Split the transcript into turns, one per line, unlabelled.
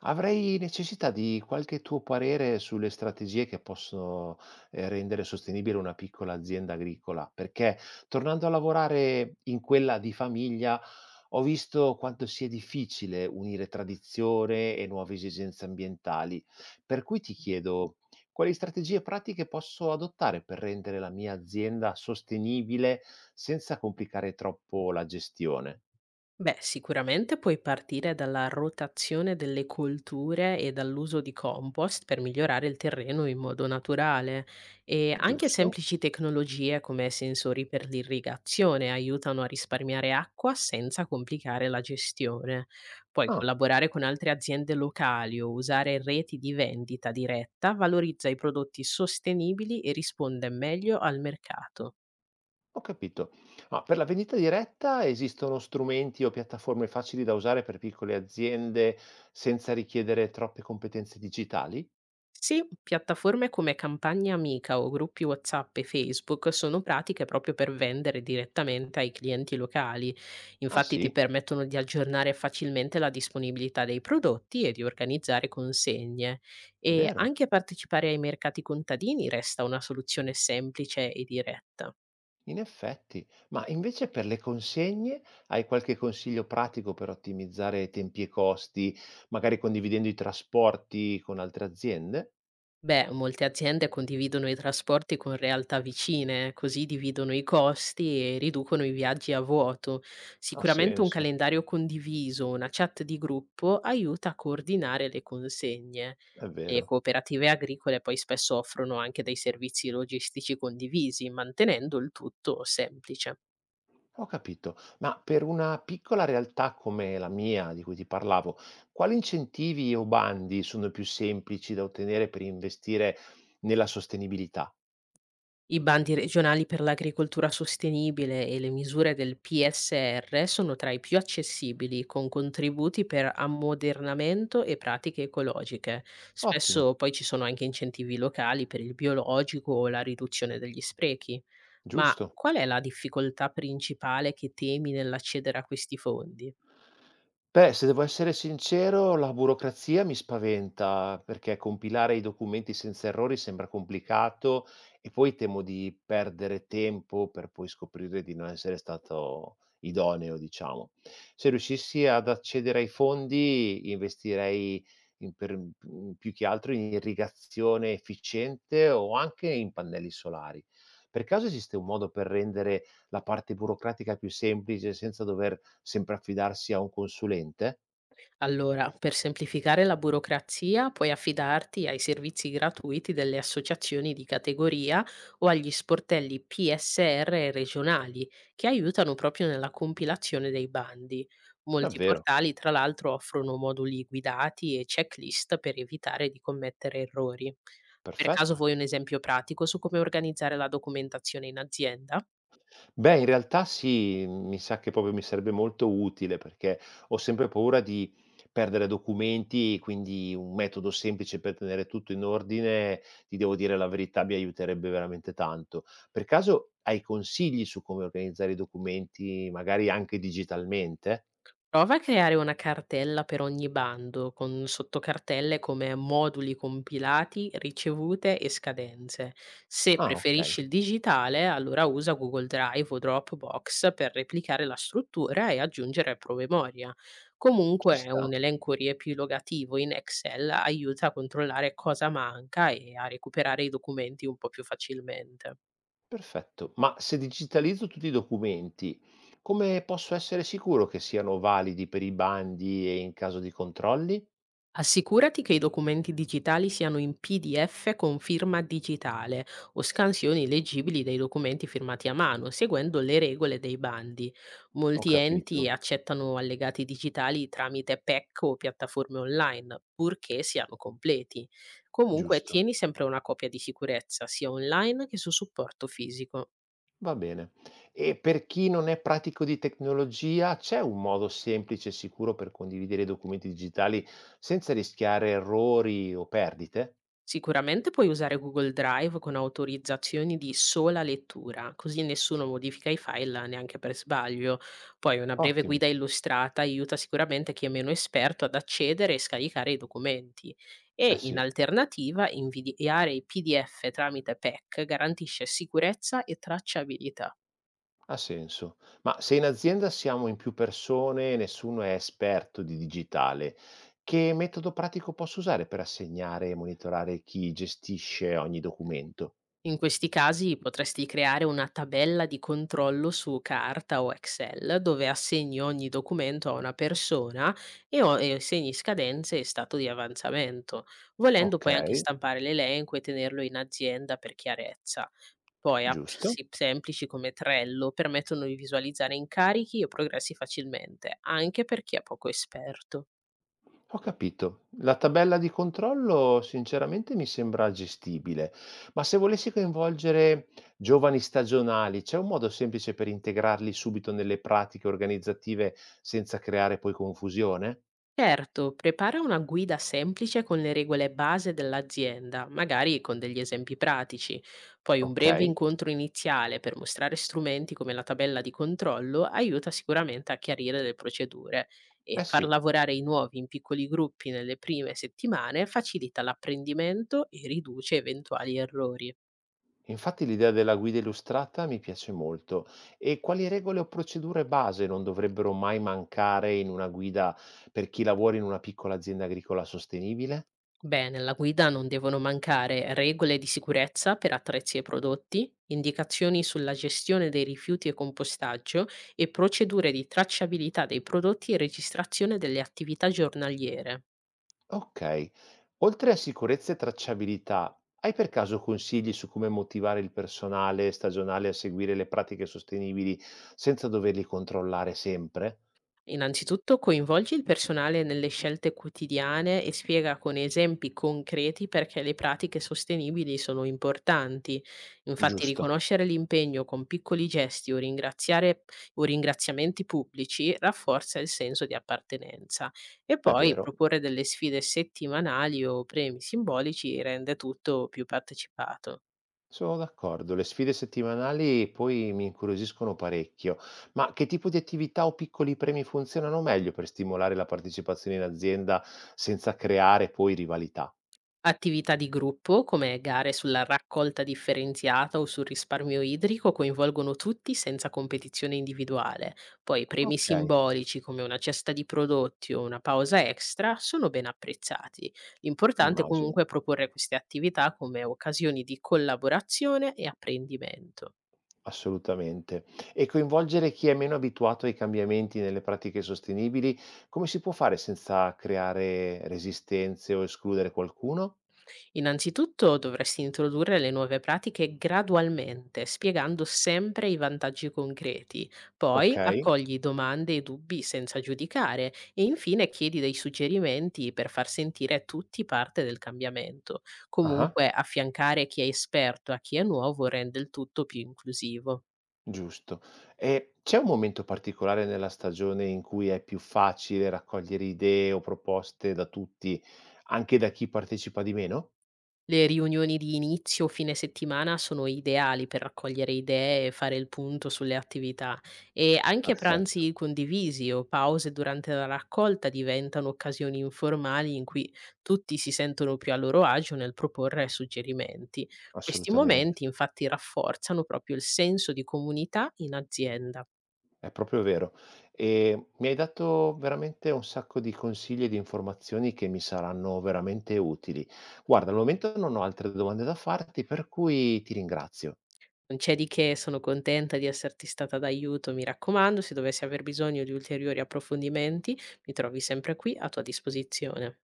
Avrei necessità di qualche tuo parere sulle strategie che possono rendere sostenibile una piccola azienda agricola, perché tornando a lavorare in quella di famiglia ho visto quanto sia difficile unire tradizione e nuove esigenze ambientali. Per cui ti chiedo quali strategie pratiche posso adottare per rendere la mia azienda sostenibile senza complicare troppo la gestione.
Beh, sicuramente puoi partire dalla rotazione delle colture e dall'uso di compost per migliorare il terreno in modo naturale e anche
Giusto?
semplici tecnologie come sensori per l'irrigazione aiutano a risparmiare acqua senza complicare la gestione. Poi
Ah.
collaborare con altre aziende locali o usare reti di vendita diretta valorizza i prodotti sostenibili e risponde meglio al mercato.
Ho capito. Ma per la vendita diretta esistono strumenti o piattaforme facili da usare per piccole aziende senza richiedere troppe competenze digitali?
Sì, piattaforme come Campagna Amica o gruppi WhatsApp e Facebook sono pratiche proprio per vendere direttamente ai clienti locali.
Ah
Infatti ti
sì,
permettono di aggiornare facilmente la disponibilità dei prodotti e di organizzare consegne.
è
E
vero,
anche partecipare ai mercati contadini resta una soluzione semplice e diretta.
in effetti. Ma invece per le consegne hai qualche consiglio pratico per ottimizzare tempi e costi, magari condividendo i trasporti con altre aziende?
Beh, molte aziende condividono i trasporti con realtà vicine, così dividono i costi e riducono i viaggi a vuoto.
Ha
Sicuramente un
senso,
calendario condiviso, una chat di gruppo aiuta a coordinare le consegne.
è
Le
vero.
cooperative agricole poi spesso offrono anche dei servizi logistici condivisi, mantenendo il tutto semplice.
Ho capito, ma per una piccola realtà come la mia, di cui ti parlavo, quali incentivi o bandi sono più semplici da ottenere per investire nella sostenibilità?
I bandi regionali per l'agricoltura sostenibile e le misure del PSR sono tra i più accessibili, con contributi per ammodernamento e pratiche ecologiche.
Ottimo,
Spesso poi ci sono anche incentivi locali per il biologico o la riduzione degli sprechi. Ma
giusto.
qual è la difficoltà principale che temi nell'accedere a questi fondi?
Beh, se devo essere sincero, la burocrazia mi spaventa, perché compilare i documenti senza errori sembra complicato e poi temo di perdere tempo per poi scoprire di non essere stato idoneo, diciamo. Se riuscissi ad accedere ai fondi, investirei più che altro in irrigazione efficiente o anche in pannelli solari. Per caso esiste un modo per rendere la parte burocratica più semplice, senza dover sempre affidarsi a un consulente?
Allora, per semplificare la burocrazia, puoi affidarti ai servizi gratuiti delle associazioni di categoria o agli sportelli PSR regionali, che aiutano proprio nella compilazione dei bandi. Molti
Davvero,
portali, tra l'altro, offrono moduli guidati e checklist per evitare di commettere errori. Per caso
perfetto.
vuoi un esempio pratico su come organizzare la documentazione in azienda?
Beh, in realtà sì, mi sa che proprio mi sarebbe molto utile perché ho sempre paura di perdere documenti, quindi un metodo semplice per tenere tutto in ordine, ti devo dire la verità, mi aiuterebbe veramente tanto. Per caso hai consigli su come organizzare i documenti, magari anche digitalmente?
Prova a creare una cartella per ogni bando, con sottocartelle come moduli compilati, ricevute e scadenze. Se
Ah, ok,
preferisci il digitale, allora usa Google Drive o Dropbox per replicare la struttura e aggiungere promemoria.
ci
Comunque
sta.
un elenco riepilogativo in Excel aiuta a controllare cosa manca e a recuperare i documenti un po' più facilmente.
Perfetto, ma se digitalizzo tutti i documenti, come posso essere sicuro che siano validi per i bandi e in caso di controlli?
Assicurati che i documenti digitali siano in PDF con firma digitale o scansioni leggibili dei documenti firmati a mano, seguendo le regole dei bandi.
Ho
Molti enti
capito,
accettano allegati digitali tramite PEC o piattaforme online, purché siano completi. Comunque,
giusto.
tieni sempre una copia di sicurezza, sia online che su supporto fisico.
Va bene. E per chi non è pratico di tecnologia, c'è un modo semplice e sicuro per condividere i documenti digitali senza rischiare errori o perdite?
Sicuramente puoi usare Google Drive con autorizzazioni di sola lettura, così nessuno modifica i file neanche per sbaglio. Poi una breve
Ottimo,
guida illustrata aiuta sicuramente chi è meno esperto ad accedere e scaricare i documenti. E
eh
in
sì.
alternativa, inviare i PDF tramite PEC garantisce sicurezza e tracciabilità.
Ha senso. Ma se in azienda siamo in più persone e nessuno è esperto di digitale, che metodo pratico posso usare per assegnare e monitorare chi gestisce ogni documento?
In questi casi potresti creare una tabella di controllo su carta o Excel dove assegni ogni documento a una persona e, e segni scadenze e stato di avanzamento. Volendo
Ok,
puoi anche stampare l'elenco e tenerlo in azienda per chiarezza. Poi app
giusto.
semplici come Trello permettono di visualizzare incarichi e progressi facilmente, anche per chi è poco esperto.
Ho capito. La tabella di controllo sinceramente mi sembra gestibile, ma se volessi coinvolgere giovani stagionali, c'è un modo semplice per integrarli subito nelle pratiche organizzative senza creare poi confusione?
Certo, prepara una guida semplice con le regole base dell'azienda, magari con degli esempi pratici. Poi un
Ok,
breve incontro iniziale per mostrare strumenti come la tabella di controllo aiuta sicuramente a chiarire le procedure, e
eh
far
sì.
lavorare i nuovi in piccoli gruppi nelle prime settimane facilita l'apprendimento e riduce eventuali errori.
Infatti l'idea della guida illustrata mi piace molto. E quali regole o procedure base non dovrebbero mai mancare in una guida per chi lavora in una piccola azienda agricola sostenibile?
Beh, nella guida non devono mancare regole di sicurezza per attrezzi e prodotti, indicazioni sulla gestione dei rifiuti e compostaggio, e procedure di tracciabilità dei prodotti e registrazione delle attività giornaliere.
Ok. Oltre a sicurezza e tracciabilità, hai per caso consigli su come motivare il personale stagionale a seguire le pratiche sostenibili senza doverli controllare sempre?
Innanzitutto coinvolgi il personale nelle scelte quotidiane e spiega con esempi concreti perché le pratiche sostenibili sono importanti. Infatti
Giusto,
riconoscere l'impegno con piccoli gesti o, o ringraziamenti pubblici rafforza il senso di appartenenza, e
è
poi
vero.
proporre delle sfide settimanali o premi simbolici rende tutto più partecipato.
Sono d'accordo, le sfide settimanali poi mi incuriosiscono parecchio, ma che tipo di attività o piccoli premi funzionano meglio per stimolare la partecipazione in azienda senza creare poi rivalità?
Attività di gruppo, come gare sulla raccolta differenziata o sul risparmio idrico, coinvolgono tutti senza competizione individuale. Poi premi
Ok,
simbolici come una cesta di prodotti o una pausa extra sono ben apprezzati. L'importante
immagino,
comunque è proporre queste attività come occasioni di collaborazione e apprendimento.
assolutamente. E coinvolgere chi è meno abituato ai cambiamenti nelle pratiche sostenibili, come si può fare senza creare resistenze o escludere qualcuno?
Innanzitutto dovresti introdurre le nuove pratiche gradualmente, spiegando sempre i vantaggi concreti.
Ok,
Poi accogli domande e dubbi senza giudicare e infine chiedi dei suggerimenti per far sentire tutti parte del cambiamento.
ah.
Comunque affiancare chi è esperto a chi è nuovo rende il tutto più inclusivo.
Giusto. E c'è un momento particolare nella stagione in cui è più facile raccogliere idee o proposte da tutti, anche da chi partecipa di meno?
Le riunioni di inizio o fine settimana sono ideali per raccogliere idee e fare il punto sulle attività, e anche
Perfetto,
pranzi condivisi o pause durante la raccolta diventano occasioni informali in cui tutti si sentono più a loro agio nel proporre suggerimenti. Questi
assolutamente.
momenti infatti rafforzano proprio il senso di comunità in azienda.
È proprio vero. E mi hai dato veramente un sacco di consigli e di informazioni che mi saranno veramente utili. Guarda, al momento non ho altre domande da farti, per cui ti ringrazio.
Non c'è di che, sono contenta di esserti stata d'aiuto. Mi raccomando, se dovessi aver bisogno di ulteriori approfondimenti, mi trovi sempre qui a tua disposizione.